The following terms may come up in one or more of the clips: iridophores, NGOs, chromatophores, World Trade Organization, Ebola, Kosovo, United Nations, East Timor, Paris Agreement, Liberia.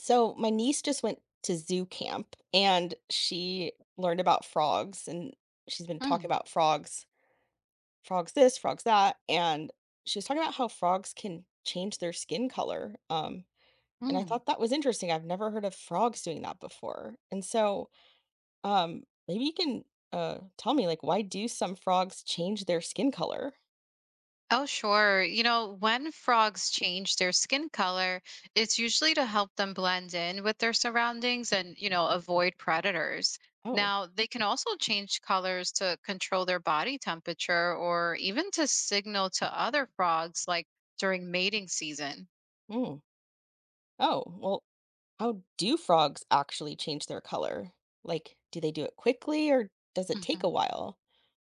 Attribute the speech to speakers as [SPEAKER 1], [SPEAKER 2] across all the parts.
[SPEAKER 1] So my niece just went to zoo camp and she learned about frogs and she's been talking
[SPEAKER 2] Mm,
[SPEAKER 1] about frogs, frogs this, frogs that, and she was talking about how frogs can change their skin color. And I
[SPEAKER 2] mm.
[SPEAKER 1] thought that was interesting. I've never heard of frogs doing that before. And so um maybe you can tell me, like, why do some frogs change their skin color?
[SPEAKER 2] Oh, sure. You know, when frogs change their skin color, it's usually to help them blend in with their surroundings and, you know, avoid predators.
[SPEAKER 1] Oh.
[SPEAKER 2] Now, they can also change colors to control their body temperature or even to signal to other frogs, like during mating season.
[SPEAKER 1] Mm. Oh, well, how do frogs actually change their color? Like, do they do it quickly or does it take a while?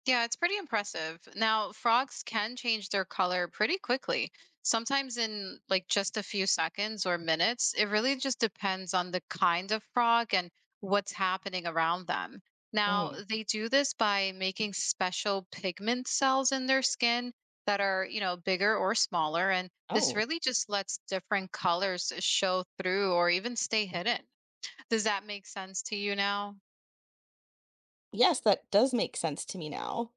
[SPEAKER 2] Yeah, it's pretty impressive. Now, frogs can change their color pretty quickly, sometimes in like just a few seconds or minutes. It really just depends on the kind of frog and what's happening around them. Now,
[SPEAKER 1] Mm.
[SPEAKER 2] they do this by making special pigment cells in their skin that are, you know, bigger or smaller. And this
[SPEAKER 1] Oh,
[SPEAKER 2] really just lets different colors show through or even stay hidden. Does that make sense to you now?
[SPEAKER 1] yes, that does make sense to me now.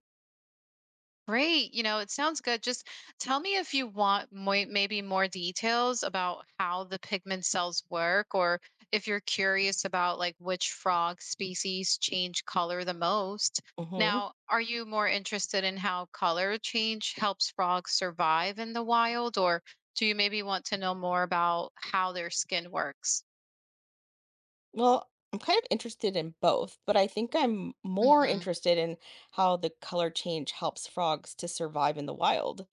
[SPEAKER 2] Great. You know, it sounds good. Just tell me if you want maybe more details about how the pigment cells work, or if you're curious about like which frog species change color the most.
[SPEAKER 1] Hmm.
[SPEAKER 2] Now, are you more interested in how color change helps frogs survive in the wild, or do you maybe want to know more about how their skin works?
[SPEAKER 1] Well, I'm kind of interested in both, but I think I'm more interested in how the color change helps frogs to survive in the wild.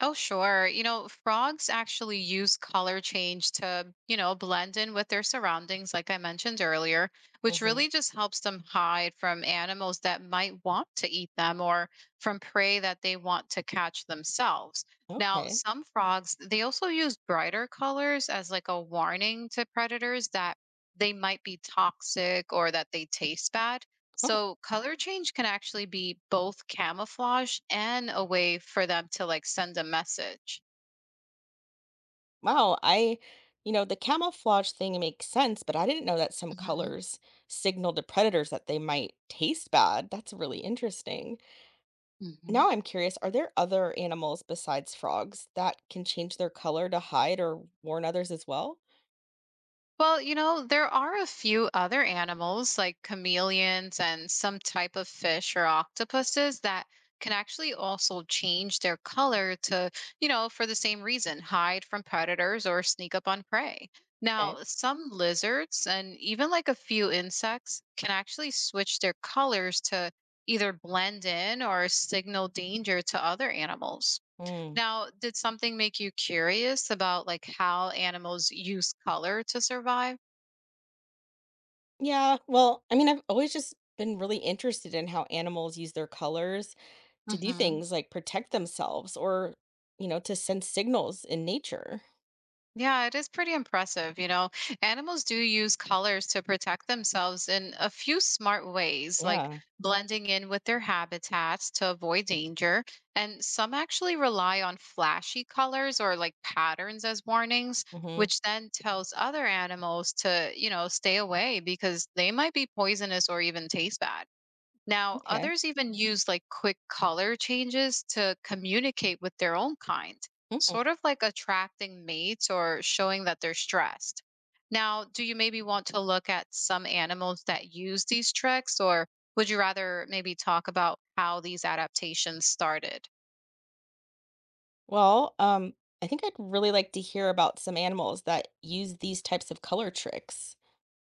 [SPEAKER 2] Oh, sure. You know, frogs actually use color change to, you know, blend in with their surroundings, like I mentioned earlier, which
[SPEAKER 1] Hmm.
[SPEAKER 2] really just helps them hide from animals that might want to eat them or from prey that they want to catch themselves. Now,
[SPEAKER 1] Okay.
[SPEAKER 2] some frogs, they also use brighter colors as like a warning to predators that they might be toxic or that they taste bad.
[SPEAKER 1] Oh,
[SPEAKER 2] So color change can actually be both camouflage and a way for them to like send a message.
[SPEAKER 1] wow. The camouflage thing makes sense, but I didn't know that some colors signal to predators that they might taste bad. That's really interesting.
[SPEAKER 2] Hmm.
[SPEAKER 1] Now I'm curious, are there other animals besides frogs that can change their color to hide or warn others as well?
[SPEAKER 2] Well, you know, there are a few other animals like chameleons and some type of fish or octopuses that can actually also change their color to, you know, for the same reason, hide from predators or sneak up on prey.
[SPEAKER 1] Okay.
[SPEAKER 2] Now, some lizards and even like a few insects can actually switch their colors to either blend in or signal danger to other animals.
[SPEAKER 1] Mm.
[SPEAKER 2] Now, did something make you curious about like how animals use color to survive?
[SPEAKER 1] Yeah, well, I mean, I've always just been really interested in how animals use their colors to do
[SPEAKER 2] Hmm.
[SPEAKER 1] things like protect themselves or to send signals in nature.
[SPEAKER 2] Yeah, it is pretty impressive. You know, animals do use colors to protect themselves in a few smart ways, like
[SPEAKER 1] Yeah.
[SPEAKER 2] blending in with their habitats to avoid danger. And some actually rely on flashy colors or like patterns as warnings,
[SPEAKER 1] Hmm.
[SPEAKER 2] which then tells other animals to, you know, stay away because they might be poisonous or even taste bad. Now,
[SPEAKER 1] Okay.
[SPEAKER 2] others even use like quick color changes to communicate with their own kind,
[SPEAKER 1] Mhm.
[SPEAKER 2] sort of like attracting mates or showing that they're stressed. Now, do you maybe want to look at some animals that use these tricks, or would you rather maybe talk about how these adaptations started?
[SPEAKER 1] Well, I think I'd really like to hear about some animals that use these types of color tricks.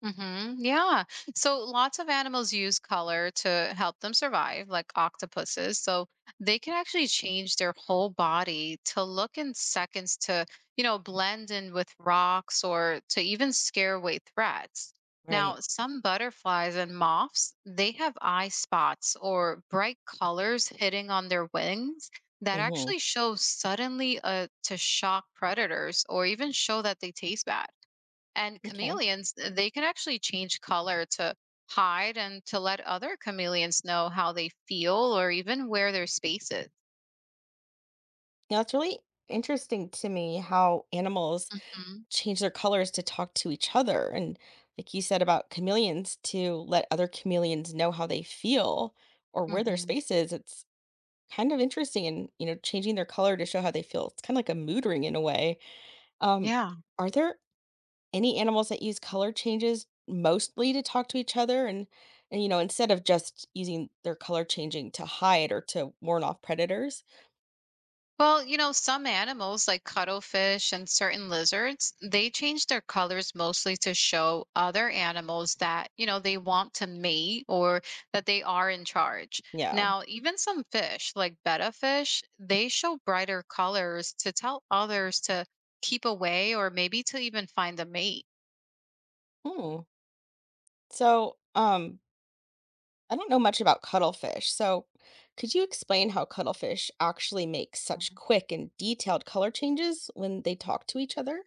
[SPEAKER 2] Mm-hmm. Yeah. So lots of animals use color to help them survive, like octopuses. So they can actually change their whole body to look in seconds to, you know, blend in with rocks or to even scare away threats. Now,
[SPEAKER 1] Right.
[SPEAKER 2] some butterflies and moths, they have eye spots or bright colors hitting on their wings that
[SPEAKER 1] Hmm.
[SPEAKER 2] actually show suddenly to shock predators or even show that they taste bad. And
[SPEAKER 1] Okay.
[SPEAKER 2] chameleons, they can actually change color to hide and to let other chameleons know how they feel or even where their space is.
[SPEAKER 1] Now, it's really interesting to me how animals
[SPEAKER 2] Mhm.
[SPEAKER 1] change their colors to talk to each other. And like you said about chameleons, to let other chameleons know how they feel or where their
[SPEAKER 2] Mhm.
[SPEAKER 1] space is, it's kind of interesting. And changing their color to show how they feel, it's kind of like a mood ring in a way. Um,
[SPEAKER 2] Yeah.
[SPEAKER 1] are there any animals that use color changes mostly to talk to each other? And instead of just using their color changing to hide or to warn off predators?
[SPEAKER 2] Well, you know, some animals like cuttlefish and certain lizards, they change their colors mostly to show other animals that, you know, they want to mate or that they are in charge.
[SPEAKER 1] Yeah.
[SPEAKER 2] Now, even some fish like betta fish, they show brighter colors to tell others to keep away or maybe to even find a mate.
[SPEAKER 1] Hmm. So, I don't know much about cuttlefish, so could you explain how cuttlefish actually make such quick and detailed color changes when they talk to each other?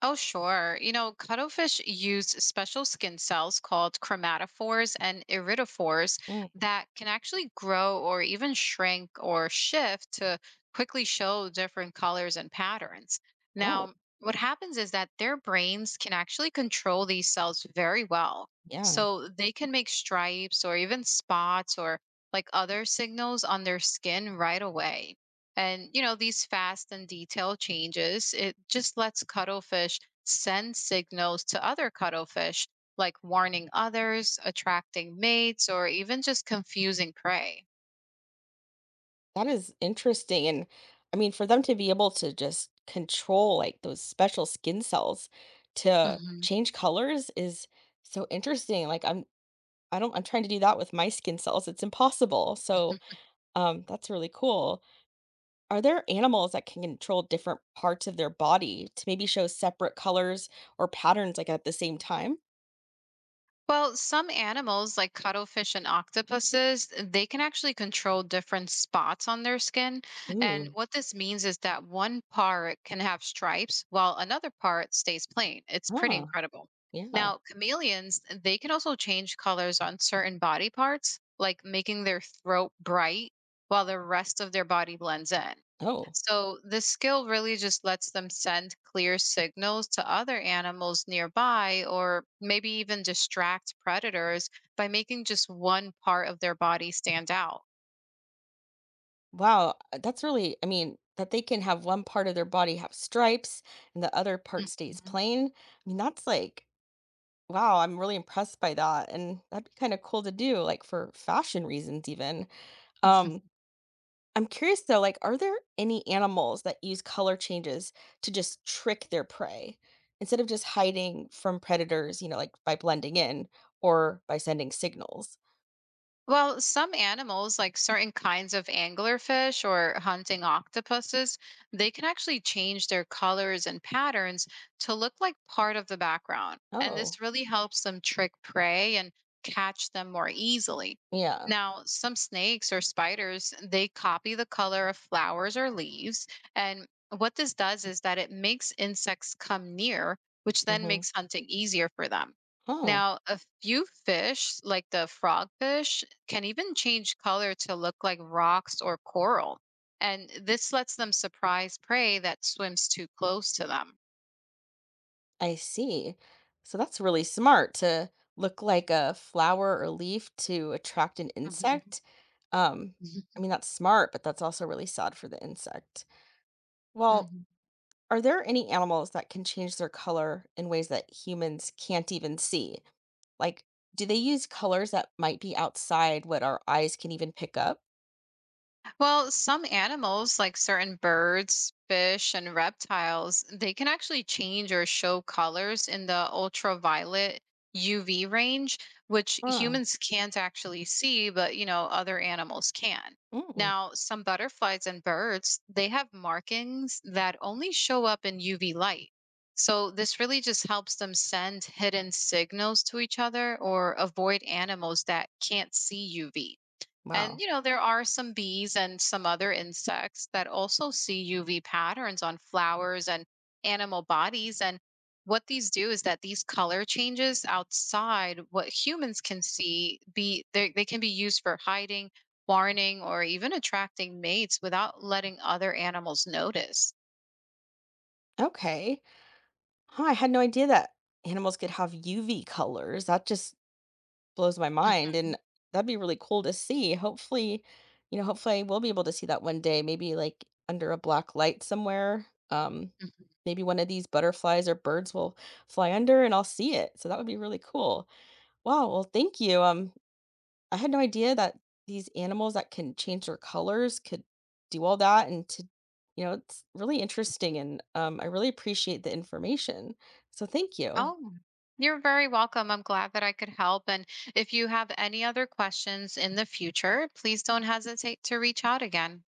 [SPEAKER 2] Oh, sure. You know, cuttlefish use special skin cells called chromatophores and iridophores
[SPEAKER 1] Mm.
[SPEAKER 2] that can actually grow or even shrink or shift to quickly show different colors and patterns.
[SPEAKER 1] Oh,
[SPEAKER 2] Now, what happens is that their brains can actually control these cells very well.
[SPEAKER 1] yeah.
[SPEAKER 2] So they can make stripes or even spots or like other signals on their skin right away. And, you know, these fast and detailed changes, it just lets cuttlefish send signals to other cuttlefish, like warning others, attracting mates, or even just confusing prey.
[SPEAKER 1] That is interesting. And I mean, for them to be able to just control like those special skin cells to
[SPEAKER 2] Hmm.
[SPEAKER 1] change colors is so interesting. Like I'm I don't I'm trying to do that with my skin cells. It's impossible. So, that's really cool. Are there animals that can control different parts of their body to maybe show separate colors or patterns like at the same time?
[SPEAKER 2] Well, some animals like cuttlefish and octopuses, they can actually control different spots on their skin. And
[SPEAKER 1] Ooh,
[SPEAKER 2] what this means is that one part can have stripes while another part stays plain. It's pretty
[SPEAKER 1] huh,
[SPEAKER 2] incredible.
[SPEAKER 1] yeah.
[SPEAKER 2] Now, chameleons, they can also change colors on certain body parts, like making their throat bright while the rest of their body blends in.
[SPEAKER 1] Oh,
[SPEAKER 2] So the skill really just lets them send clear signals to other animals nearby or maybe even distract predators by making just one part of their body stand out.
[SPEAKER 1] wow. That's really, I mean, that they can have one part of their body have stripes and the other part stays
[SPEAKER 2] Mhm.
[SPEAKER 1] plain. I mean, that's like, wow, I'm really impressed by that. And that'd be kind of cool to do, like for fashion reasons, even. Um, I'm curious though, like, are there any animals that use color changes to just trick their prey instead of just hiding from predators, like by blending in or by sending signals?
[SPEAKER 2] Well, some animals, like certain kinds of anglerfish or hunting octopuses, they can actually change their colors and patterns to look like part of the background. And
[SPEAKER 1] Oh,
[SPEAKER 2] this really helps them trick prey and catch them more easily.
[SPEAKER 1] yeah.
[SPEAKER 2] Now, some snakes or spiders, they copy the color of flowers or leaves. And what this does is that it makes insects come near, which then
[SPEAKER 1] Mm-hmm.
[SPEAKER 2] makes hunting easier for them.
[SPEAKER 1] Huh.
[SPEAKER 2] Now, a few fish, like the frogfish can even change color to look like rocks or coral. And this lets them surprise prey that swims too close to them.
[SPEAKER 1] I see. So that's really smart to look like a flower or leaf to attract an
[SPEAKER 2] Mhm.
[SPEAKER 1] insect. Um, I mean, that's smart, but that's also really sad for the insect. Well,
[SPEAKER 2] Mhm.
[SPEAKER 1] are there any animals that can change their color in ways that humans can't even see? Like, do they use colors that might be outside what our eyes can even pick up?
[SPEAKER 2] Well, some animals, like certain birds, fish, and reptiles, they can actually change or show colors in the ultraviolet UV range, which
[SPEAKER 1] Oh,
[SPEAKER 2] humans can't actually see, but you know, other animals can.
[SPEAKER 1] mm,
[SPEAKER 2] Now, some butterflies and birds, they have markings that only show up in UV light. So, this really just helps them send hidden signals to each other or avoid animals that can't see UV. And
[SPEAKER 1] wow.
[SPEAKER 2] you know, there are some bees and some other insects that also see UV patterns on flowers and animal bodies. And what these do is that these color changes outside what humans can see be they can be used for hiding, warning, or even attracting mates without letting other animals notice.
[SPEAKER 1] Okay. Huh, I had no idea that animals could have UV colors. That just blows my mind, and
[SPEAKER 2] Mhm,
[SPEAKER 1] that'd be really cool to see. Hopefully I will be able to see that one day, maybe like under a black light somewhere.
[SPEAKER 2] mhm.
[SPEAKER 1] Maybe one of these butterflies or birds will fly under and I'll see it. So that would be really cool. Wow, well, thank you. I had no idea that these animals that can change their colors could do all that, and it's really interesting, and I really appreciate the information. So thank you.
[SPEAKER 2] Oh, you're very welcome. I'm glad that I could help. And if you have any other questions in the future, please don't hesitate to reach out again.